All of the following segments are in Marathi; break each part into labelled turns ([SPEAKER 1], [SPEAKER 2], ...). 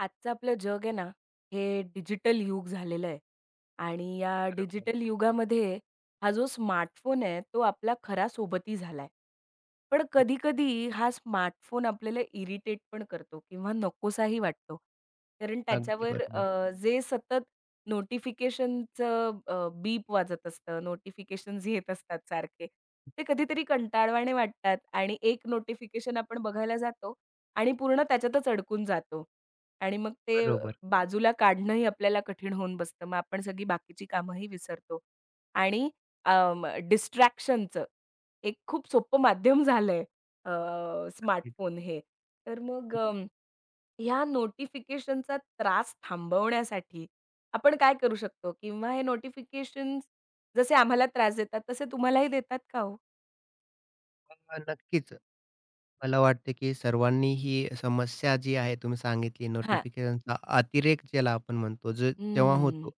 [SPEAKER 1] आजचं आपलं जग आहे ना, हे डिजिटल युग झालेलं आहे आणि या
[SPEAKER 2] बरोबर.
[SPEAKER 1] डिजिटल युगामध्ये हा जो स्मार्टफोन आहे, तो आपला खरा सोबती झाला आहे. पण कधी-कधी हा स्मार्टफोन आपल्याला इरिटेट पण करतो किंवा नकोसाही वाटतो. कारण
[SPEAKER 2] अगदी
[SPEAKER 1] त्याच्यावर
[SPEAKER 2] बरोबर.
[SPEAKER 1] जे सतत नोटिफिकेशनचं बीप वाजत असतं, नोटिफिकेशन्स येत असतात सारखे. ते कधीतरी कंटाळवाणे वाटतात आणि एक नोटिफिकेशन आपण बघायला जातो आणि पूर्ण त्याच्यातच अडकून जातो. आणि मग ते
[SPEAKER 2] बरोबर.
[SPEAKER 1] बाजूला काढणंही आपल्याला कठीण होऊन बसतं. मग आपण सगळी बाकीची कामंही विसरतो. आणि अं, डिस्ट्रॅक्शनचं एक खूप सोपं माध्यम झालंय, अ, स्मार्टफोन हे. तर मग ह्या नोटिफिकेशनचा त्रास थांबवण्यासाठी आपण काय करू शकतो? किंवा हे नोटिफिकेशन्स जसे आम्हाला त्रास देतात, तसे तुम्हालाही देतात का हो?
[SPEAKER 2] मग नक्कीच. मला वाटते की सर्वांनी ही समस्या जी आहे तुम्ही सांगितली
[SPEAKER 1] हां.
[SPEAKER 2] नोटिफिकेशनचा अतिरेक ज्याला आपण म्हणतो, जो जेव्हा
[SPEAKER 1] हं,
[SPEAKER 2] होतो,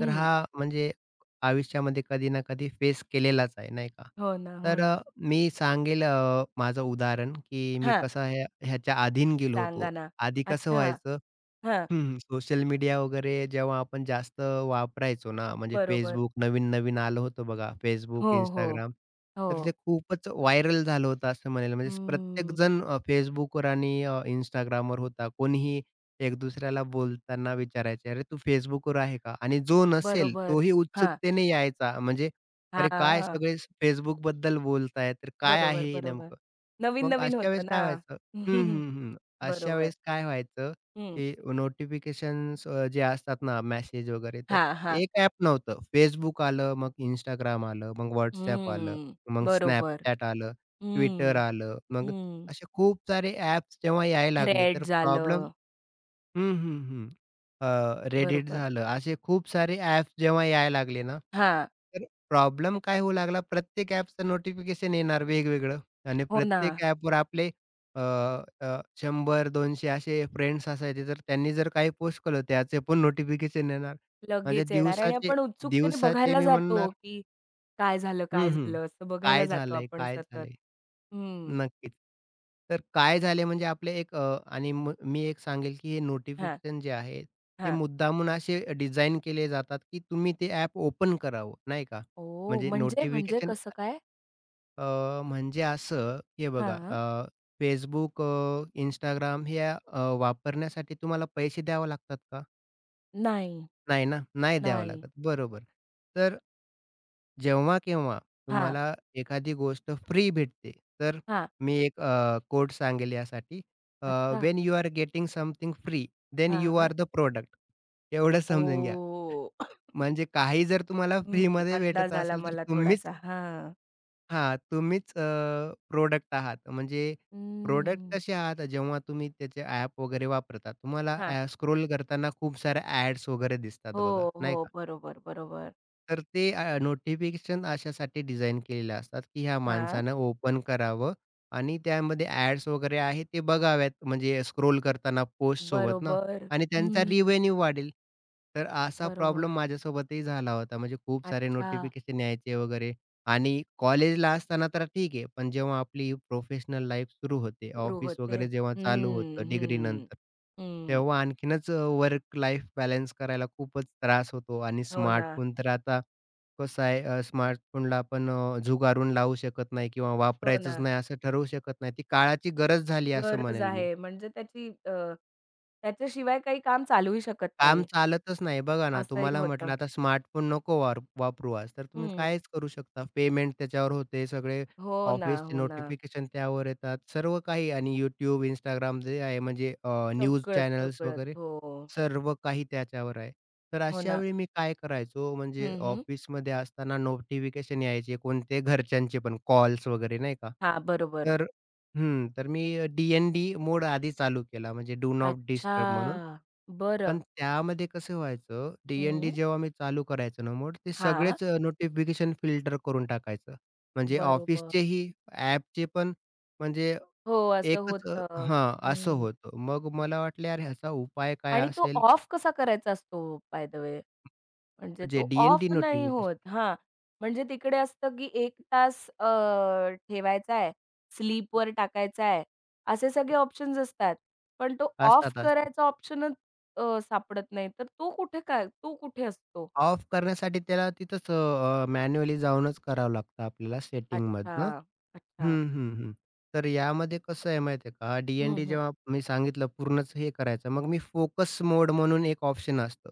[SPEAKER 2] तर हा म्हणजे आयुष्यामध्ये कधी ना कधी फेस केलेलाच आहे, नाही का?
[SPEAKER 1] हो ना, हो
[SPEAKER 2] तर
[SPEAKER 1] ना.
[SPEAKER 2] मी सांगेल माझं उदाहरण की मी
[SPEAKER 1] हां,
[SPEAKER 2] कसं ह्याच्या अधीन गेलो होतो.
[SPEAKER 1] सांगा ना.
[SPEAKER 2] आधी कसं
[SPEAKER 1] अच्छा.
[SPEAKER 2] व्हायचं?
[SPEAKER 1] हां,
[SPEAKER 2] सोशल मीडिया वगैरे जेव्हा आपण जास्त वापरायचो ना, म्हणजे
[SPEAKER 1] बरोबर.
[SPEAKER 2] Facebook नवीन-नवीन आलं होतं बघा, Facebook,
[SPEAKER 1] हो, हो.
[SPEAKER 2] Instagram. तर
[SPEAKER 1] हो.
[SPEAKER 2] ते खूपच व्हायरल झालं होतं असं म्हणेल. म्हणजे
[SPEAKER 1] अं,
[SPEAKER 2] प्रत्येकजण Facebookवर आणि Instagramवर होता. कोणीही एक दुसऱ्याला बोलताना विचारायचे, "अरे, तू Facebookवर आहे का?" आणि जो नसेल
[SPEAKER 1] बरोबर.
[SPEAKER 2] तोही
[SPEAKER 1] हां,
[SPEAKER 2] उत्सुकतेने यायचा. म्हणजे, "अरे, काय
[SPEAKER 1] हां.
[SPEAKER 2] सगळे Facebookबद्दल बोलताय, तर काय
[SPEAKER 1] बरोबर,
[SPEAKER 2] आहे हे
[SPEAKER 1] बरोबर.
[SPEAKER 2] नेमकं?" मग
[SPEAKER 1] नवीन-नवीन
[SPEAKER 2] अशा
[SPEAKER 1] होतं
[SPEAKER 2] वेळेस
[SPEAKER 1] ना.
[SPEAKER 2] काय व्हायचं? हं, हं, हं. अशा
[SPEAKER 1] बरोबर.
[SPEAKER 2] वेळेस काय व्हायचं,
[SPEAKER 1] हं.
[SPEAKER 2] की नोटिफिकेशन्स जे असतात ना मेसेज वगैरे, तर
[SPEAKER 1] हां, हां.
[SPEAKER 2] एक ॲप नव्हतं. Facebook आलं, मग Instagram आलं, मग WhatsApp आलं,
[SPEAKER 1] हं.
[SPEAKER 2] मग
[SPEAKER 1] बरोबर.
[SPEAKER 2] Snapchat आलं, Twitter
[SPEAKER 1] हं,
[SPEAKER 2] आलं. मग
[SPEAKER 1] हं.
[SPEAKER 2] असे खूप सारे ॲप्स जेव्हा यायला लागले,
[SPEAKER 1] थ्रेड
[SPEAKER 2] तर प्रॉब्लेम.
[SPEAKER 1] झालं.
[SPEAKER 2] हं, हं, हं. Reddit
[SPEAKER 1] बरोबर.
[SPEAKER 2] झालं, असे खूप सारे ॲप्स जेव्हा यायला लागले ना,
[SPEAKER 1] हां.
[SPEAKER 2] तर प्रॉब्लेम काय होऊ लागला, प्रत्येक ॲपचं नोटिफिकेशन येणार वेगवेगळं आणि
[SPEAKER 1] हो ना.
[SPEAKER 2] प्रत्येक ॲपवर आपले अ, अ, 100-200 असे फ्रेंड्स असायचे, तर त्यांनी जर काही पोस्ट केलं त्याचे पण नोटिफिकेशन येणार. म्हणजे
[SPEAKER 1] लगेच येणार आणि
[SPEAKER 2] दिवसाचे
[SPEAKER 1] आपण उत्सुकतेने
[SPEAKER 2] दिवसाचे
[SPEAKER 1] बघायला
[SPEAKER 2] मी
[SPEAKER 1] जातो,
[SPEAKER 2] म्हणणार
[SPEAKER 1] की काय झालं, काय
[SPEAKER 2] हं, हं.
[SPEAKER 1] झालं असं बघायला
[SPEAKER 2] काय
[SPEAKER 1] जातो
[SPEAKER 2] झालंय?
[SPEAKER 1] आपण
[SPEAKER 2] काय
[SPEAKER 1] सतत.
[SPEAKER 2] झालंय?
[SPEAKER 1] हं.
[SPEAKER 2] नक्कीच. तर काय झाले, म्हणजे आपले एक आणि मी एक सांगेल, की हे
[SPEAKER 1] हां,
[SPEAKER 2] नोटिफिकेशन जे आहे, ते
[SPEAKER 1] हां.
[SPEAKER 2] मुद्दामून असे डिझाइन केले जातात, की तुम्ही ते ॲप ओपन करावं, नाही का?
[SPEAKER 1] ओह!
[SPEAKER 2] म्हणजे
[SPEAKER 1] म्हणजे म्हणजे
[SPEAKER 2] नोटिफिकेशन
[SPEAKER 1] कसं काय?
[SPEAKER 2] म्हणजे असं हे बघा,
[SPEAKER 1] हां.
[SPEAKER 2] Facebook, Instagram हे वापरण्यासाठी तुम्हाला पैसे द्यावे लागतात का?
[SPEAKER 1] नाही.
[SPEAKER 2] नाही ना? नाही द्यावं
[SPEAKER 1] नाही.
[SPEAKER 2] लागत. बरोबर. तर जेव्हा-केव्हा
[SPEAKER 1] हां,
[SPEAKER 2] तुम्हाला एखादी गोष्ट फ्री भेटते, तर
[SPEAKER 1] हां.
[SPEAKER 2] मी एक कोट सांगेल यासाठी. अ,
[SPEAKER 1] अच्छा.
[SPEAKER 2] You are getting something free, then you
[SPEAKER 1] हां.
[SPEAKER 2] Are the product. एवढं समजून घ्या.
[SPEAKER 1] ओह!
[SPEAKER 2] म्हणजे काही जर तुम्हाला
[SPEAKER 1] हं,
[SPEAKER 2] फ्रीमध्ये भेटत
[SPEAKER 1] अंदाज आला
[SPEAKER 2] असेल, तर
[SPEAKER 1] मला
[SPEAKER 2] तुम्हीच.
[SPEAKER 1] थोडासा. हां.
[SPEAKER 2] हां, तुम्हीच आहात. म्हणजे प्रॉडक्ट
[SPEAKER 1] हम्म.
[SPEAKER 2] कसे आहात? जेव्हा तुम्ही त्याचे ॲप वगैरे वापरता, तुम्हाला
[SPEAKER 1] हां.
[SPEAKER 2] स्क्रोल करताना खूप साऱ्या ॲड्स वगैरे दिसतात
[SPEAKER 1] हो,
[SPEAKER 2] बघा, नाही
[SPEAKER 1] हो.
[SPEAKER 2] का?
[SPEAKER 1] बरोबर, बरोबर.
[SPEAKER 2] तर ते नोटिफिकेशन अशासाठी डिझाइन केलेले असतात, की ह्या
[SPEAKER 1] हां.
[SPEAKER 2] माणसानं ओपन करावं आणि त्यामध्ये ॲड्स वगैरे आहेत ते बघाव्यात, म्हणजे स्क्रोल करताना पोस्टसोबत ना,
[SPEAKER 1] बरोबर.
[SPEAKER 2] आणि त्यांचा
[SPEAKER 1] हं.
[SPEAKER 2] रिव्हेन्यू वाढेल. तर असा
[SPEAKER 1] बरोबर.
[SPEAKER 2] प्रॉब्लेम माझ्यासोबतही झाला होता. म्हणजे खूप सारे
[SPEAKER 1] अच्छा.
[SPEAKER 2] नोटिफिकेशन यायचे वगैरे, आणि कॉलेजला असताना तर ठीक आहे, पण जेव्हा आपली प्रोफेशनल लाईफ सुरू होते,
[SPEAKER 1] सुरू
[SPEAKER 2] ऑफिस
[SPEAKER 1] होते.
[SPEAKER 2] वगैरे जेव्हा
[SPEAKER 1] हं,
[SPEAKER 2] चालू होतं
[SPEAKER 1] हं.
[SPEAKER 2] डिग्रीनंतर,
[SPEAKER 1] हं.
[SPEAKER 2] तेव्हा आणखीनच वर्क लाईफ बॅलन्स करायला खूपच त्रास होतो, आणि
[SPEAKER 1] हो ना,
[SPEAKER 2] स्मार्टफोन तर आता कसं आहे, स्मार्टफोनला आपण झुगारून लावू शकत नाही किंवा
[SPEAKER 1] हो ना.
[SPEAKER 2] वापरायचंच नाही असं ठरवू शकत नाही. ती काळाची गरज झाली असं
[SPEAKER 1] गरज
[SPEAKER 2] म्हणेल मी.
[SPEAKER 1] आहे म्हणजे त्याची त्याच्याशिवाय काही काम चालूही शकत
[SPEAKER 2] काम
[SPEAKER 1] नाही,
[SPEAKER 2] चालतच नाही. बघा ना,
[SPEAKER 1] असंही
[SPEAKER 2] तुम्हाला
[SPEAKER 1] होतं.
[SPEAKER 2] म्हटलं आता स्मार्टफोन नको वार वापरू आज. तर तुम्ही
[SPEAKER 1] हं.
[SPEAKER 2] कायच करू शकता. पेमेंट त्याच्यावर होते, सगळे
[SPEAKER 1] हो ना,
[SPEAKER 2] ऑफिसचे
[SPEAKER 1] हो ना.
[SPEAKER 2] नोटिफिकेशन त्यावर येतात, सर्व काही, आणि YouTube, Instagram जे आहे, म्हणजे न्यूज
[SPEAKER 1] सगळंच,
[SPEAKER 2] चॅनल्स
[SPEAKER 1] सगळंच.
[SPEAKER 2] वगैरे,
[SPEAKER 1] हो.
[SPEAKER 2] सर्व काही त्याच्यावर आहे. तर
[SPEAKER 1] हो
[SPEAKER 2] अशा
[SPEAKER 1] ना.
[SPEAKER 2] वेळी मी काय करायचो, म्हणजे
[SPEAKER 1] हं, हं.
[SPEAKER 2] ऑफिसमध्ये असताना नोटिफिकेशन यायचे कोणते, घरच्यांचे पण कॉल्स वगैरे नाही का.
[SPEAKER 1] हां, बरोबर.
[SPEAKER 2] तर तर मी डी-एन-डी मोड आधी चालू केला, म्हणजे डू नॉट
[SPEAKER 1] अच्छा.
[SPEAKER 2] डिस्टर्ब म्हणून.
[SPEAKER 1] बरं.
[SPEAKER 2] पण त्यामध्ये कसं व्हायचं, डी-एन-डी
[SPEAKER 1] हं.
[SPEAKER 2] जेव्हा मी चालू करायचो ना मोड, ते
[SPEAKER 1] हां,
[SPEAKER 2] सगळेच नोटिफिकेशन फिल्टर करून टाकायचं. म्हणजे
[SPEAKER 1] बरोबर.
[SPEAKER 2] ऑफिसचेही, ॲपचे पण, म्हणजे
[SPEAKER 1] हो, असं
[SPEAKER 2] एकच,
[SPEAKER 1] होतं.
[SPEAKER 2] हां, असं
[SPEAKER 1] हं.
[SPEAKER 2] होतं. मग मला वाटलं, "यार, ह्याचा उपाय काय
[SPEAKER 1] आणि तो
[SPEAKER 2] असेल?"
[SPEAKER 1] ऑफ कसा करायचा असतो बाय द वे? म्हणजे
[SPEAKER 2] म्हणजे
[SPEAKER 1] तो ऑफ
[SPEAKER 2] डी-एन-डी
[SPEAKER 1] नाही होत.
[SPEAKER 2] नोटिफिकेशन
[SPEAKER 1] हा म्हणजे तिकडे असतं की एक तास ठेवायचा आहे, स्लीपवर टाकायचा आहे, असे सगळे ऑप्शन्स असतात. पण तो ऑफ
[SPEAKER 2] असतात, असतात.
[SPEAKER 1] करायचा ऑप्शनच सापडत नाही. तर तो कुठे असतो?
[SPEAKER 2] ऑफ करण्यासाठी त्याला तिथंच मॅन्युअली जाऊनच करावं लागतं आपल्याला
[SPEAKER 1] अच्छा,
[SPEAKER 2] सेटिंगमधनं.
[SPEAKER 1] अच्छा.
[SPEAKER 2] हं, हं, हं. तर यामध्ये कसं आहे माहिती आहे का, हा
[SPEAKER 1] हं,
[SPEAKER 2] डी
[SPEAKER 1] हं.
[SPEAKER 2] जेव्हा मी सांगितलं पूर्णच हे करायचं. मग मी फोकस मोड म्हणून एक ऑप्शन असतो.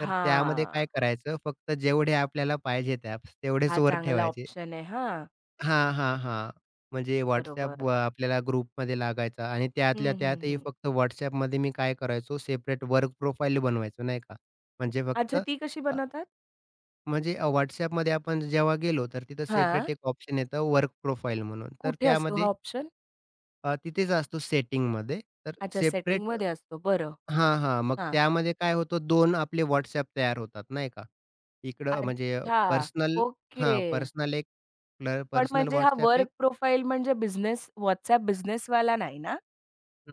[SPEAKER 2] तर त्यामध्ये
[SPEAKER 1] हां,
[SPEAKER 2] काय करायचं, फक्त जेवढे आपल्याला पाहिजेत ॲप्स तेवढेच
[SPEAKER 1] हा
[SPEAKER 2] वर
[SPEAKER 1] चांगला
[SPEAKER 2] ठेवायचे.
[SPEAKER 1] ऑप्शन आहे हां,
[SPEAKER 2] हां, हां, हां. म्हणजे WhatsApp
[SPEAKER 1] बरोबर.
[SPEAKER 2] आपल्याला ग्रुपमध्ये लागायचा, आणि त्यातल्या
[SPEAKER 1] हं, हं,
[SPEAKER 2] त्यातही
[SPEAKER 1] हं.
[SPEAKER 2] फक्त WhatsAppमध्ये मी काय करायचो, सेपरेट वर्क प्रोफाइल बनवायचो नाही का. म्हणजे फक्त
[SPEAKER 1] अच्छा ती कशी
[SPEAKER 2] अ,
[SPEAKER 1] बनवतात?
[SPEAKER 2] म्हणजे WhatsAppमध्ये आपण जेव्हा गेलो, तर तिथं
[SPEAKER 1] हां.
[SPEAKER 2] सेपरेट एक ऑप्शन येतं वर्क प्रोफाइल म्हणून. तर
[SPEAKER 1] कुठे असतो हा
[SPEAKER 2] त्यामध्ये
[SPEAKER 1] ऑप्शन?
[SPEAKER 2] तिथेच असतो सेटिंगमध्ये. तर
[SPEAKER 1] अच्छा
[SPEAKER 2] सेपरेट,
[SPEAKER 1] सेटिंगमध्ये असतो. बरं.
[SPEAKER 2] हां, हां. मग
[SPEAKER 1] हां.
[SPEAKER 2] त्यामध्ये काय होतं, 2 आपले WhatsApp तयार होतात नाही का. इकडं म्हणजे
[SPEAKER 1] अच्छा,
[SPEAKER 2] पर्सनल,
[SPEAKER 1] ओके.
[SPEAKER 2] हां, पर्सनल एक, आपलं
[SPEAKER 1] पण
[SPEAKER 2] पर्सनल
[SPEAKER 1] म्हणजे हा
[SPEAKER 2] WhatsApp
[SPEAKER 1] वर्क
[SPEAKER 2] एक.
[SPEAKER 1] प्रोफाइल म्हणजे बिझनेस WhatsApp बिझनेसवाला नाही ना?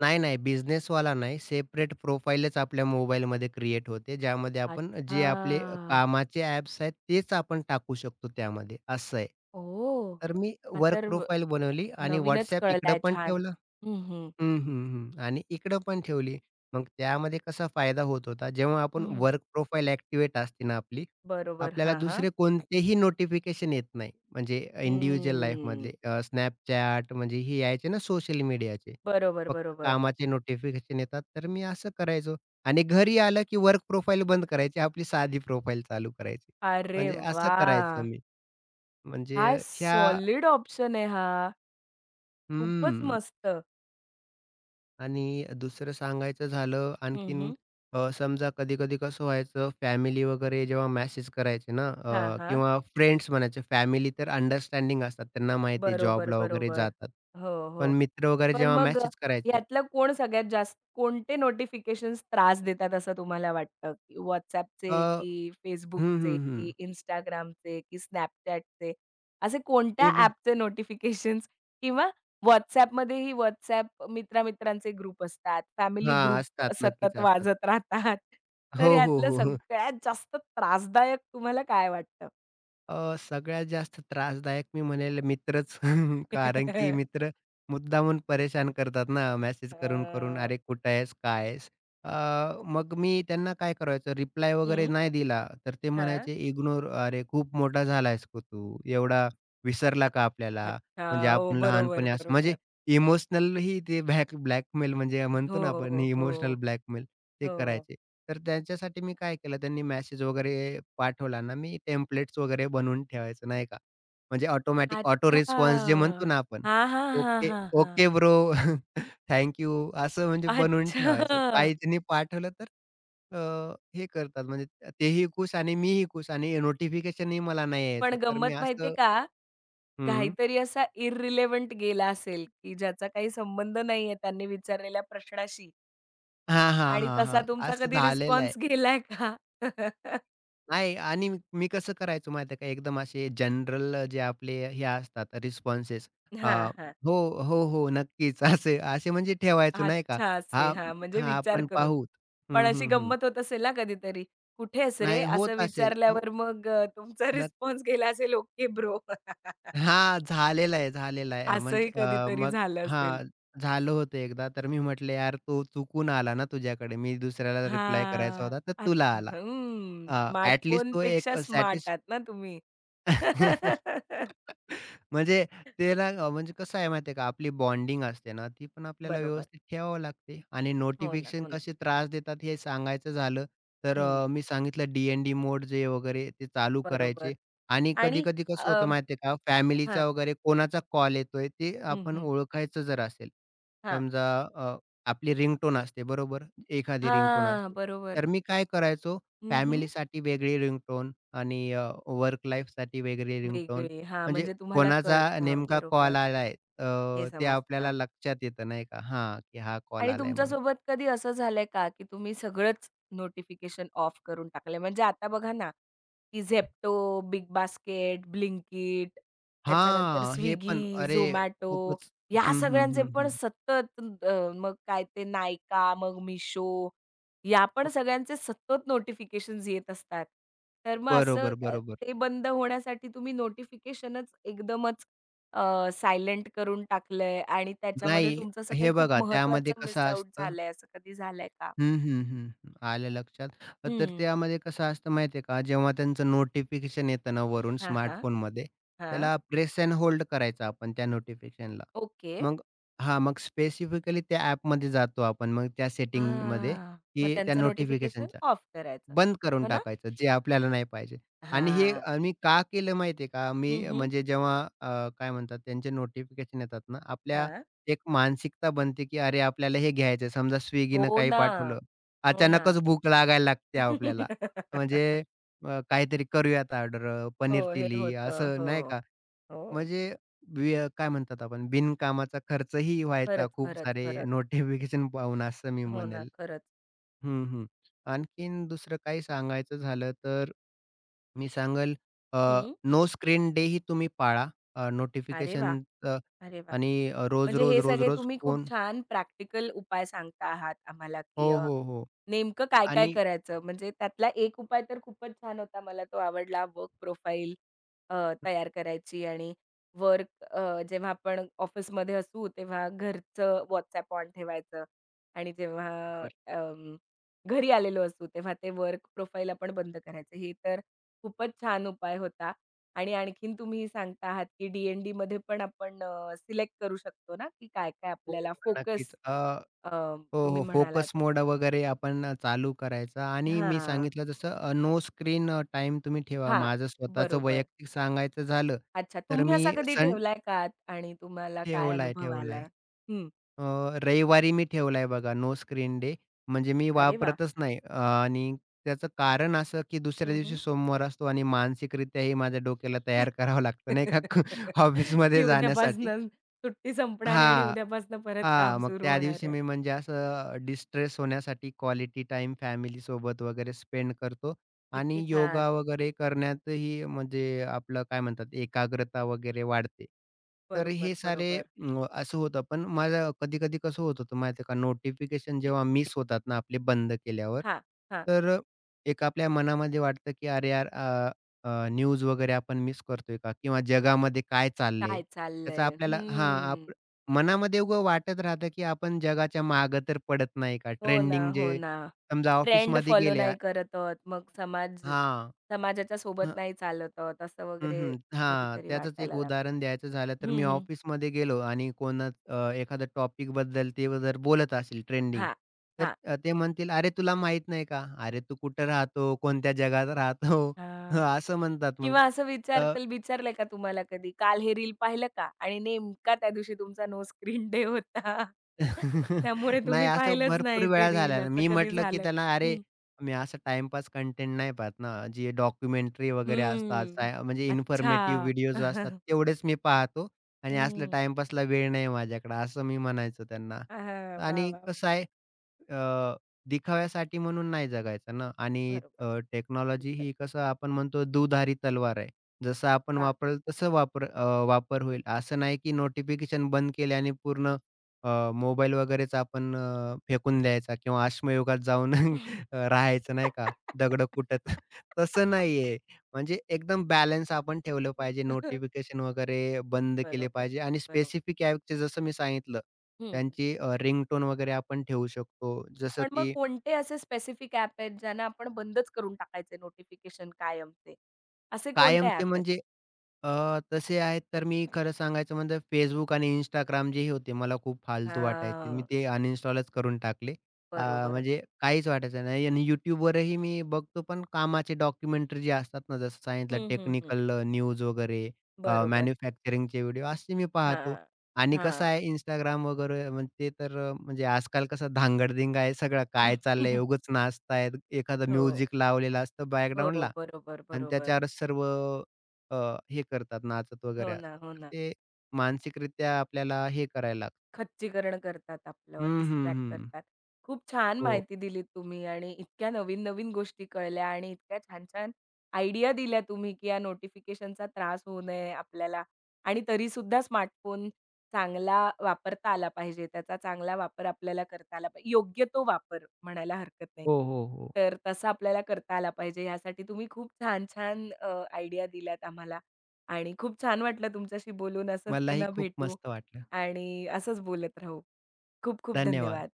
[SPEAKER 2] नाही, नाही बिझनेसवाला नाही. सेपरेट प्रोफाईलच आपल्या मोबाईलमध्ये क्रिएट होते. ज्यामध्ये आपण जे आपले
[SPEAKER 1] अच्छा.
[SPEAKER 2] कामाचे ॲप्स आहेत तेच आपण टाकू शकतो त्यामध्ये, असं आहे.
[SPEAKER 1] ओह!
[SPEAKER 2] तर मी
[SPEAKER 1] हा
[SPEAKER 2] वर्क
[SPEAKER 1] तर व
[SPEAKER 2] प्रोफाइल बनवली आणि
[SPEAKER 1] नवीनच
[SPEAKER 2] WhatsApp इकडं
[SPEAKER 1] कळला
[SPEAKER 2] पण
[SPEAKER 1] छान.
[SPEAKER 2] ठेवलं.
[SPEAKER 1] हं, हं.
[SPEAKER 2] हं, हं, हं. आणि इकडं पण ठेवली. मग त्यामध्ये कसा फायदा होत होता, जेव्हा आपण
[SPEAKER 1] हं.
[SPEAKER 2] वर्क प्रोफाइल ॲक्टिव्हेट असते ना आपली,
[SPEAKER 1] बरोबर.
[SPEAKER 2] आपल्याला
[SPEAKER 1] हां, हां.
[SPEAKER 2] दुसरे कोणतेही नोटिफिकेशन येत नाही. म्हणजे इंडिव्हिज्युअल
[SPEAKER 1] हम्म.
[SPEAKER 2] लाईफमधले Snapchat, म्हणजे हे यायचे ना सोशल मीडियाचे.
[SPEAKER 1] बरोबर,
[SPEAKER 2] फक्त
[SPEAKER 1] बरोबर.
[SPEAKER 2] कामाचे नोटिफिकेशन येतात. तर मी असं करायचो, आणि घरी आलं की वर्क प्रोफाइल बंद करायची. आपली साधी प्रोफाइल चालू करायची.
[SPEAKER 1] अरे
[SPEAKER 2] म्हणजे असं करायचो
[SPEAKER 1] वाह!
[SPEAKER 2] मी.
[SPEAKER 1] काय
[SPEAKER 2] म्हणजे ह्या,
[SPEAKER 1] सॉलिड ऑप्शन आहे हा. खूपच
[SPEAKER 2] हं.
[SPEAKER 1] मस्त.
[SPEAKER 2] आणि दुसरं सांगायचं झालं
[SPEAKER 1] हं,
[SPEAKER 2] आणखीन,
[SPEAKER 1] हं.
[SPEAKER 2] समजा कधी-कधी कसं व्हायचं, फॅमिली वगैरे जेव्हा मेसेज करायचे ना,
[SPEAKER 1] हां, हां.
[SPEAKER 2] किंवा फ्रेंड्स, म्हणायचे फॅमिली तर अंडरस्टँडिंग असतात. त्यांना माहिती आहे
[SPEAKER 1] बरोबर,
[SPEAKER 2] जॉबला वगैरे
[SPEAKER 1] बरोबर.
[SPEAKER 2] जातात.
[SPEAKER 1] हो,
[SPEAKER 2] पण
[SPEAKER 1] हो.
[SPEAKER 2] मित्र वगैरे
[SPEAKER 1] पण
[SPEAKER 2] जेव्हा
[SPEAKER 1] मग
[SPEAKER 2] मेसेज करायचे,
[SPEAKER 1] ह्यातलं कोण सगळ्यात जास्त कोणते नोटिफिकेशन्स त्रास देतात असं तुम्हाला वाटतं? की WhatsAppचे
[SPEAKER 2] अ,
[SPEAKER 1] की
[SPEAKER 2] हं,
[SPEAKER 1] Facebookचे
[SPEAKER 2] हं,
[SPEAKER 1] की
[SPEAKER 2] हं.
[SPEAKER 1] Instagramचे की Snapchatचे असे कोणत्या
[SPEAKER 2] मी मग,
[SPEAKER 1] ॲपचे नोटिफिकेशन्स किंवा WhatsAppमध्येही WhatsApp मित्रा-मित्रांचे ग्रुप असतात, फॅमिली
[SPEAKER 2] हां,
[SPEAKER 1] ग्रुप
[SPEAKER 2] असतात. नक्कीच
[SPEAKER 1] सतत
[SPEAKER 2] असतात.
[SPEAKER 1] वाजत राहतात. तर
[SPEAKER 2] हो, हो,
[SPEAKER 1] यातलं
[SPEAKER 2] हो. हो.
[SPEAKER 1] सगळ्यात जास्त त्रासदायक तुम्हाला काय वाटतं?
[SPEAKER 2] सगळ्यात जास्त त्रासदायक मी म्हणेल मित्रच. कारण की मित्र मुद्दामून परेशान करतात ना मेसेज
[SPEAKER 1] अ,
[SPEAKER 2] करून, करून. "अरे कुठे आहेस? काय आहेस?" अ, मग मी त्यांना काय करायचो, रिप्लाय वगैरे
[SPEAKER 1] हं.
[SPEAKER 2] नाही दिला, तर ते
[SPEAKER 1] हां.
[SPEAKER 2] म्हणायचे इग्नोर. "अरे खूप मोठा झाला आहेस तू? एवढा विसरला का आपल्याला?
[SPEAKER 1] अच्छा.
[SPEAKER 2] म्हणजे
[SPEAKER 1] हो.
[SPEAKER 2] आपण
[SPEAKER 1] बरोबर,
[SPEAKER 2] लहानपणी असं" म्हणजे
[SPEAKER 1] बरोबर.
[SPEAKER 2] इमोशनलही ते ब्लॅकमेल, म्हणजे
[SPEAKER 1] हो,
[SPEAKER 2] म्हणतो ना आपण
[SPEAKER 1] हो,
[SPEAKER 2] इमोशनल ब्लॅकमेल. ते
[SPEAKER 1] हो.
[SPEAKER 2] करायचे. तर त्यांच्यासाठी मी काय केलं, त्यांनी मेसेज वगैरे पाठवला ना, मी टेम्पलेट्स वगैरे बनवून ठेवायचं नाही का. म्हणजे ऑटोमॅटिक ऑटो
[SPEAKER 1] अच्छा.
[SPEAKER 2] रिस्पॉन्स जे म्हणतो ना आपण,
[SPEAKER 1] हां, हां, हां,
[SPEAKER 2] ओके,
[SPEAKER 1] हां, हां.
[SPEAKER 2] ओके ब्रो, थँक यू, असं म्हणजे बनवून ठेवायचं.
[SPEAKER 1] अच्छा.
[SPEAKER 2] काही त्यांनी पाठवलं तर अ, हे करतात, म्हणजे तेही खुश आणि मीही खुश आणि नोटिफिकेशनही मला नाही
[SPEAKER 1] पण
[SPEAKER 2] यायचं. तर
[SPEAKER 1] गंमत
[SPEAKER 2] मी
[SPEAKER 1] माहिती
[SPEAKER 2] असं.
[SPEAKER 1] का?
[SPEAKER 2] हं.
[SPEAKER 1] काहीतरी असा इर्रिलेव्हंट गेला असेल, की ज्याचा काही संबंध नाहीये त्यांनी विचारलेल्या प्रश्नाशी
[SPEAKER 2] हां, हां,
[SPEAKER 1] आणि
[SPEAKER 2] हां,
[SPEAKER 1] तसा
[SPEAKER 2] हां.
[SPEAKER 1] तुमचा
[SPEAKER 2] असं
[SPEAKER 1] कधी
[SPEAKER 2] झालेलं आहे.
[SPEAKER 1] रिस्पॉन्स गेलाय का?
[SPEAKER 2] नाही, आणि मी मी कसं करायचो माहिती आहे का, एकदम असे जनरल जे आपले हे असतात रिस्पॉन्सेस,
[SPEAKER 1] हां, हां.
[SPEAKER 2] "हो, हो, हो, नक्कीच." असे असे म्हणजे ठेवायचो नाही का.
[SPEAKER 1] अच्छा असे
[SPEAKER 2] "हां,
[SPEAKER 1] हां, म्हणजे
[SPEAKER 2] हां,
[SPEAKER 1] विचार
[SPEAKER 2] आपण
[SPEAKER 1] करून.
[SPEAKER 2] पाहू."
[SPEAKER 1] पण
[SPEAKER 2] हं,
[SPEAKER 1] अशी
[SPEAKER 2] हं, हं.
[SPEAKER 1] गंमत होत असेल ना कधीतरी, "कुठे आहेस रे?"
[SPEAKER 2] नाही होत
[SPEAKER 1] असं
[SPEAKER 2] असेल. हो,
[SPEAKER 1] विचारल्यावर मग तुमचा
[SPEAKER 2] नक्क
[SPEAKER 1] रिस्पॉन्स गेला असेल, "ओके ब्रो."
[SPEAKER 2] हां, झालेलं आहे, झालेलं आहे.
[SPEAKER 1] असंही
[SPEAKER 2] म्हणजे
[SPEAKER 1] कधीतरी
[SPEAKER 2] मग,
[SPEAKER 1] झालं असेल.
[SPEAKER 2] हां, झालं होतं एकदा. तर मी म्हटलं, "यार, तो चुकून आला ना तुझ्याकडे. मी दुसऱ्याला रिप्लाय करायचा
[SPEAKER 1] हां.
[SPEAKER 2] होता, तर तुला
[SPEAKER 1] अच्छा.
[SPEAKER 2] आला."
[SPEAKER 1] स्मार्टफोन
[SPEAKER 2] अ, तो
[SPEAKER 1] स्मार्टफोनपेक्षा
[SPEAKER 2] एक
[SPEAKER 1] स्मार्ट आहात ना तुम्ही.
[SPEAKER 2] म्हणजे त्याला, म्हणजे कसं आहे माहिती का, आपली बॉन्डिंग असते ना, ती पण आपल्याला
[SPEAKER 1] बरोबर.
[SPEAKER 2] व्यवस्थित ठेवावी लागते, आणि
[SPEAKER 1] हो ना,
[SPEAKER 2] नोटिफिकेशन
[SPEAKER 1] हो ना.
[SPEAKER 2] कसे त्रास देतात हे सांगायचं झालं, तर
[SPEAKER 1] हं.
[SPEAKER 2] मी सांगितलं डी एन मोड जे वगैरे ते चालू
[SPEAKER 1] बरोबर.
[SPEAKER 2] करायचे, आणि
[SPEAKER 1] आणि
[SPEAKER 2] कधी-कधी कसं
[SPEAKER 1] अ,
[SPEAKER 2] होतं माहिती आहे का,
[SPEAKER 1] हां.
[SPEAKER 2] फॅमिलीचा वगैरे कोणाचा कॉल येतोय ते
[SPEAKER 1] हं,
[SPEAKER 2] आपण
[SPEAKER 1] हं.
[SPEAKER 2] ओळखायचं जर असेल,
[SPEAKER 1] हां.
[SPEAKER 2] समजा अ, आपली रिंगटोन असते बरोबर, एखादी रिंगटोन
[SPEAKER 1] हां.
[SPEAKER 2] असते.
[SPEAKER 1] बरोबर.
[SPEAKER 2] तर मी काय करायचो,
[SPEAKER 1] हं, हं.
[SPEAKER 2] फॅमिलीसाठी वेगळी रिंगटोन आणि वर्क लाईफसाठी वेगळी रिंगटोन.
[SPEAKER 1] वेगळे. हां,
[SPEAKER 2] म्हणजे
[SPEAKER 1] म्हणजे तुम्हाला
[SPEAKER 2] कोणाचा
[SPEAKER 1] कळतं.
[SPEAKER 2] नेमका
[SPEAKER 1] बरोबर.
[SPEAKER 2] कॉल आलाय,
[SPEAKER 1] हे
[SPEAKER 2] ते
[SPEAKER 1] समजतं.
[SPEAKER 2] आपल्याला लक्षात येतं नाही का? हां, की हा कॉल
[SPEAKER 1] आणि
[SPEAKER 2] आलाय म्हणून.
[SPEAKER 1] तुमच्यासोबत कधी असं झालंय का, की तुम्ही सगळंच नोटिफिकेशन ऑफ करून टाकले, म्हणजे आता बघा ना, की Zepto, बिग बास्केट, ब्लिंकिट, त्याच्यानंतर
[SPEAKER 2] हां, हे पण
[SPEAKER 1] Swiggy,
[SPEAKER 2] अरे
[SPEAKER 1] Zomato
[SPEAKER 2] खूपच.
[SPEAKER 1] या
[SPEAKER 2] हं, हं,
[SPEAKER 1] सगळ्यांचे
[SPEAKER 2] हं,
[SPEAKER 1] पण
[SPEAKER 2] हं.
[SPEAKER 1] सतत मग काय ते Nykaa, मग मिशो, या पण सगळ्यांचे सतत नोटिफिकेशन्स येत असतात. तर मग असं,
[SPEAKER 2] बरोबर, बरोबर.
[SPEAKER 1] ते बंद होण्यासाठी तुम्ही नोटिफिकेशनच एकदमच सायलेंट करून टाकलंय आणि त्याच्यामध्ये
[SPEAKER 2] नाही,
[SPEAKER 1] तुमचं असं काही
[SPEAKER 2] हे
[SPEAKER 1] खूप
[SPEAKER 2] बघा त्यामध्ये
[SPEAKER 1] महत्त्वाचं
[SPEAKER 2] कसं
[SPEAKER 1] मिस आउट
[SPEAKER 2] असतं.
[SPEAKER 1] झालंय, असं कधी झालंय का?
[SPEAKER 2] हं, हं, हं, हं. आलं लक्षात. तर
[SPEAKER 1] हं.
[SPEAKER 2] त्यामध्ये कसं असतं माहिती आहे का, जेव्हा त्यांचं नोटिफिकेशन येतं ना वरून
[SPEAKER 1] हां, हां.
[SPEAKER 2] स्मार्टफोनमध्ये,
[SPEAKER 1] हां.
[SPEAKER 2] त्याला प्रेस एंड होल्ड करायचा आपण त्या नोटिफिकेशनला.
[SPEAKER 1] ओके.
[SPEAKER 2] मग, हां, मग स्पेसिफिकली त्या ॲपमध्ये जातो आपण, मग त्या सेटिंगमध्ये,
[SPEAKER 1] हां. मग
[SPEAKER 2] की त्या
[SPEAKER 1] त्यांचं नोटिफिकेशन
[SPEAKER 2] नोटिफिकेशनच्या.
[SPEAKER 1] ऑफ करायचं.
[SPEAKER 2] बंद करून
[SPEAKER 1] हो ना?
[SPEAKER 2] टाकायचं, जे आपल्याला नाही पाहिजे. आणि हे
[SPEAKER 1] हां.
[SPEAKER 2] आम्ही का केलं माहिती आहे का?
[SPEAKER 1] हं,
[SPEAKER 2] मी
[SPEAKER 1] हं.
[SPEAKER 2] म्हणजे जेव्हा काय म्हणतात त्यांचे नोटिफिकेशन येतात ना, आपल्या
[SPEAKER 1] हां.
[SPEAKER 2] एक मानसिकता बनते, की अरे आपल्याला हे घ्यायचं आहे. समजा Swiggyनं
[SPEAKER 1] हो
[SPEAKER 2] काही
[SPEAKER 1] ना.
[SPEAKER 2] पाठवलं,
[SPEAKER 1] हो ना.
[SPEAKER 2] अचानकच भूक लागायला लागते आपल्याला. म्हणजे काहीतरी करूयात ऑर्डर,
[SPEAKER 1] हो,
[SPEAKER 2] पनीर
[SPEAKER 1] हे
[SPEAKER 2] चिली
[SPEAKER 1] होतं.
[SPEAKER 2] असं नाही
[SPEAKER 1] हो,
[SPEAKER 2] का?
[SPEAKER 1] हो.
[SPEAKER 2] म्हणजे काय म्हणतात, आपण बिनकामाचा खर्चही व्हायचा
[SPEAKER 1] खरंच,
[SPEAKER 2] खूप
[SPEAKER 1] खरंच,
[SPEAKER 2] सारे
[SPEAKER 1] खरंच.
[SPEAKER 2] नोटिफिकेशन पाहून, असं मी
[SPEAKER 1] हो ना,
[SPEAKER 2] म्हणेल.
[SPEAKER 1] खरंच.
[SPEAKER 2] हं, हं. आणखीन दुसरं काही सांगायचं झालं तर, मी सांगेल, अ,
[SPEAKER 1] हं.
[SPEAKER 2] नो स्क्रीन डे ही तुम्ही पाळा.
[SPEAKER 1] अरे वाह!
[SPEAKER 2] नोटिफिकेशनचं.
[SPEAKER 1] अरे वाह!
[SPEAKER 2] आणि
[SPEAKER 1] म्हणजे
[SPEAKER 2] रोज-रोज,
[SPEAKER 1] हे सगळे
[SPEAKER 2] रोज-रोज
[SPEAKER 1] तुम्ही खूप
[SPEAKER 2] फोन.
[SPEAKER 1] छान प्रॅक्टिकल उपाय सांगता आहात आम्हाला,
[SPEAKER 2] हो,
[SPEAKER 1] की
[SPEAKER 2] हो, हो.
[SPEAKER 1] नेमकं काय-काय
[SPEAKER 2] आणि
[SPEAKER 1] करायचं? म्हणजे त्यातला एक उपाय तर खूपच छान होता. मला तो आवडला वर्क प्रोफाईल तयार करायची आणि वर्क, जेव्हा आपण ऑफिसमध्ये असू तेव्हा घरचं WhatsApp ऑन ठेवायचं आणि जेव्हा
[SPEAKER 2] बरोबर.
[SPEAKER 1] अं, घरी आलेलो असू तेव्हा ते वर्क प्रोफाइल आपण बंद करायचं. हे तर खूपच छान उपाय होता आणि आणखीन तुम्ही सांगता आहात, की डी-एन-डीमध्ये पण आपण सिलेक्ट करू शकतो ना, की काय-काय
[SPEAKER 2] हो,
[SPEAKER 1] आपल्याला फोकस
[SPEAKER 2] नक्कीच. हो,
[SPEAKER 1] तुम्ही
[SPEAKER 2] हो.
[SPEAKER 1] म्हणालात.
[SPEAKER 2] फोकस मोड वगैरे आपण चालू करायचा, आणि मी
[SPEAKER 1] हां,
[SPEAKER 2] सांगितलं जसं, नो स्क्रीन, टाईम तुम्ही ठेवा.
[SPEAKER 1] हां,
[SPEAKER 2] माझं स्वतःचं
[SPEAKER 1] बरोबर.
[SPEAKER 2] वैयक्तिक सांगायचं झालं,
[SPEAKER 1] अच्छा,
[SPEAKER 2] तर
[SPEAKER 1] तुम्ही
[SPEAKER 2] मी
[SPEAKER 1] असा कधी
[SPEAKER 2] सण
[SPEAKER 1] ठेवलाय का आणि तुम्हाला काय
[SPEAKER 2] ठेवलाय,
[SPEAKER 1] अनुभव
[SPEAKER 2] ठेवलाय.
[SPEAKER 1] आलाय? हं,
[SPEAKER 2] अ, रविवारी मी ठेवलाय बघा नो स्क्रीन डे. म्हणजे मी
[SPEAKER 1] अरे वा,
[SPEAKER 2] वापरतच नाही, आणि त्याचं कारण असं, की दुसऱ्या
[SPEAKER 1] हं,
[SPEAKER 2] दिवशी
[SPEAKER 1] हं.
[SPEAKER 2] सोमवार असतो, आणि मानसिकरित्याही माझ्या डोक्याला तयार करावं लागतं नाही का,
[SPEAKER 1] की
[SPEAKER 2] ऑफिसमध्ये जाण्यासाठी.
[SPEAKER 1] उद्यापासनं सुट्टी संपणार आहे आणि
[SPEAKER 2] हां.
[SPEAKER 1] उद्यापासनं परत
[SPEAKER 2] हां,
[SPEAKER 1] काम
[SPEAKER 2] मग
[SPEAKER 1] सुरू
[SPEAKER 2] त्या
[SPEAKER 1] होणार
[SPEAKER 2] दिवशी
[SPEAKER 1] आहे.
[SPEAKER 2] मी म्हणजे असं डिस्ट्रेस होण्यासाठी क्वालिटी टाईम फॅमिलीसोबत वगैरे स्पेंड करतो,
[SPEAKER 1] किती
[SPEAKER 2] आणि
[SPEAKER 1] छान.
[SPEAKER 2] योगा वगैरे करण्यातही, म्हणजे आपलं काय म्हणतात, एकाग्रता वगैरे वाढते. तर हे
[SPEAKER 1] बरोबर,
[SPEAKER 2] सारे
[SPEAKER 1] बरोबर.
[SPEAKER 2] असं होतं. पण माझं कधी-कधी कसं होत होतं माहिती आहे का, नोटिफिकेशन जेव्हा मिस होतात ना आपले बंद केल्यावर,
[SPEAKER 1] हां, हां.
[SPEAKER 2] तर एक आपल्या मनामध्ये वाटतं की, "अरे यार, न्यूज वगैरे आपण मिस करतोय का?" किंवा जगामध्ये काय चाललंय?
[SPEAKER 1] काय
[SPEAKER 2] त्याचा
[SPEAKER 1] चाललंय?
[SPEAKER 2] आपल्याला, हां.
[SPEAKER 1] हं.
[SPEAKER 2] मनामध्ये उगं वाटत राहतं, की आपण जगाच्या मागे तर पडत नाही का?
[SPEAKER 1] हो ना,
[SPEAKER 2] ट्रेंडिंग
[SPEAKER 1] हो
[SPEAKER 2] जे,
[SPEAKER 1] ना.
[SPEAKER 2] समजा
[SPEAKER 1] ट्रेंड
[SPEAKER 2] ऑफिसमध्ये
[SPEAKER 1] फॉलो
[SPEAKER 2] गेले,
[SPEAKER 1] नाही करत आहोत, मग
[SPEAKER 2] हां.
[SPEAKER 1] समाजाच्या सोबत
[SPEAKER 2] हं,
[SPEAKER 1] नाही चालत आहोत, असं
[SPEAKER 2] हं,
[SPEAKER 1] वगैरे
[SPEAKER 2] हं. हां,
[SPEAKER 1] कधीतरी
[SPEAKER 2] त्याचंच एक
[SPEAKER 1] वाटायला लागतं.
[SPEAKER 2] उदाहरण द्यायचं झालं तर
[SPEAKER 1] हं,
[SPEAKER 2] मी
[SPEAKER 1] हं.
[SPEAKER 2] ऑफिसमध्ये गेलो आणि कोणा, एखाद्या टॉपिकबद्दल ते जर बोलत असेल ट्रेंडिंग,
[SPEAKER 1] हां,
[SPEAKER 2] तर
[SPEAKER 1] हां.
[SPEAKER 2] ते म्हणतील, "अरे तुला माहीत नाही का? अरे तू कुठं राहतो? कोणत्या जगात राहतो?"
[SPEAKER 1] अ,
[SPEAKER 2] असं म्हणतात मग.
[SPEAKER 1] किंवा असं विचारलंय का तुम्हाला कधी, "काल हे रील पाहिलं का?" आणि नेमका त्या दिवशी तुमचा नो स्क्रीन डे होता. त्यामुळे
[SPEAKER 2] नाही,
[SPEAKER 1] तुम्ही
[SPEAKER 2] असं
[SPEAKER 1] पाहिलंच
[SPEAKER 2] भरपूर
[SPEAKER 1] नाही ते
[SPEAKER 2] वेळा
[SPEAKER 1] रील,
[SPEAKER 2] झाला.
[SPEAKER 1] असं
[SPEAKER 2] मी
[SPEAKER 1] कधी
[SPEAKER 2] म्हटलं, की
[SPEAKER 1] झालं?
[SPEAKER 2] त्यांना, "अरे,
[SPEAKER 1] हं.
[SPEAKER 2] मी असं टाईमपास कंटेंट नाही पाहत ना, जे डॉक्युमेंटरी वगैरे असतात,
[SPEAKER 1] हं.
[SPEAKER 2] म्हणजे
[SPEAKER 1] अच्छा.
[SPEAKER 2] इन्फॉर्मेटिव्ह व्हिडिओज असतात, तेवढेच मी पाहतो, आणि असलं
[SPEAKER 1] हं.
[SPEAKER 2] टाईमपासला वेळ नाही माझ्याकडे." असं मी म्हणायचो त्यांना.
[SPEAKER 1] आहा! वाह,
[SPEAKER 2] आणि
[SPEAKER 1] वाह!
[SPEAKER 2] कसं आहे, अ, दिखाव्यासाठी म्हणून नाही जगायचं ना, आणि
[SPEAKER 1] बरोबर
[SPEAKER 2] टेक्नॉलॉजी
[SPEAKER 1] वाह!
[SPEAKER 2] ही कसं आपण म्हणतो दुधारी तलवार आहे. जसं आपण वापरेल तसं वापर होईल. असं नाही की नोटिफिकेशन बंद केले आणि पूर्ण मोबाईल वगैरेच आपण फेकून द्यायचा किंवा अश्मयुगात जाऊन राहायचं नाही का, दगडं कुटत. तसं नाहीये. म्हणजे एकदम बॅलन्स आपण ठेवलं पाहिजे. नोटिफिकेशन वगैरे बंद केले
[SPEAKER 1] बरोबर,
[SPEAKER 2] पाहिजे, आणि
[SPEAKER 1] बरोबर.
[SPEAKER 2] स्पेसिफिक ॲपचे जसं मी सांगितलं,
[SPEAKER 1] हं.
[SPEAKER 2] त्यांची रिंगटोन वगैरे आपण ठेवू शकतो. जसं
[SPEAKER 1] पण मग
[SPEAKER 2] की
[SPEAKER 1] कोणते असे स्पेसिफिक ॲप आहेत ज्यांना आपण बंदच करून टाकायचे नोटिफिकेशन कायमचे? असे कोणते
[SPEAKER 2] कायमचे
[SPEAKER 1] ॲप आहेत?
[SPEAKER 2] म्हणजे, तसे आहेत तर मी खरं सांगायचं म्हणजे Facebook आणि Instagram जे होते मला खूप फालतू वाटायचे. मी
[SPEAKER 1] हां,
[SPEAKER 2] ते अनइन्स्टॉलच करून टाकले. अ,
[SPEAKER 1] बरोबर.
[SPEAKER 2] म्हणजे काहीच वाटायचं नाही, आणि YouTubeवरही मी बघतो पण कामाचे डॉक्युमेंटरी जे असतात ना, जसं सांगितलं
[SPEAKER 1] हं, हं, हं.
[SPEAKER 2] टेक्निकल न्यूज वगैरे,
[SPEAKER 1] बरोबर.
[SPEAKER 2] मॅन्युफॅक्चरिंगचे व्हिडिओ असे मी पाहतो,
[SPEAKER 1] हां,
[SPEAKER 2] आणि कसं
[SPEAKER 1] हां.
[SPEAKER 2] आहे इंस्टाग्राम वगैरे म्हणजे ते तर म्हणजे आजकाल कसं धांगडधिंगा आहे सगळं. काय चाललंय? उगाच नाचतायत. एखादं
[SPEAKER 1] हो,
[SPEAKER 2] म्युझिक लावलेलं असतं
[SPEAKER 1] हो,
[SPEAKER 2] बॅकग्राऊंडला.
[SPEAKER 1] बरोबर,
[SPEAKER 2] आणि
[SPEAKER 1] बरोबर.
[SPEAKER 2] त्याच्यावरच सर्व अ, हे करतात, नाचत वगैरे
[SPEAKER 1] हो ना,
[SPEAKER 2] असतात.
[SPEAKER 1] हो
[SPEAKER 2] तर
[SPEAKER 1] ना.
[SPEAKER 2] ते मानसिकरित्या आपल्याला हे करायला लागतं.
[SPEAKER 1] खच्चीकरण करतात आपलं,
[SPEAKER 2] हं, हं,
[SPEAKER 1] डिस्ट्रॅक्ट
[SPEAKER 2] हं.
[SPEAKER 1] करतात. खूप छान
[SPEAKER 2] हो.
[SPEAKER 1] माहिती दिली तुम्ही आणि इतक्या नवीन-नवीन गोष्टी कळल्या आणि इतक्या छान-छान आयडिया दिल्या तुम्ही, की या नोटिफिकेशनचा त्रास होऊ नये आपल्याला आणि तरीसुद्धा स्मार्टफोन चांगला वापरता आला पाहिजे. त्याचा चांगला वापर आपल्याला करता आला पाहिजे. योग्य तो वापर म्हणायला हरकत नाही.
[SPEAKER 2] हो, हो, हो.
[SPEAKER 1] तर तसा आपल्याला करता आला पाहिजे. यासाठी तुम्ही खूप छान-छान आयडिया दिल्यात आम्हाला आणि खूप छान वाटलं तुमच्याशी बोलून. असंच
[SPEAKER 2] मलाही
[SPEAKER 1] पुन्हा
[SPEAKER 2] खूप
[SPEAKER 1] भेटू.
[SPEAKER 2] मस्त वाटलं.
[SPEAKER 1] आणि असंच बोलत राहू. खूप खूप
[SPEAKER 2] धन्यवाद.
[SPEAKER 1] धन्यवाद.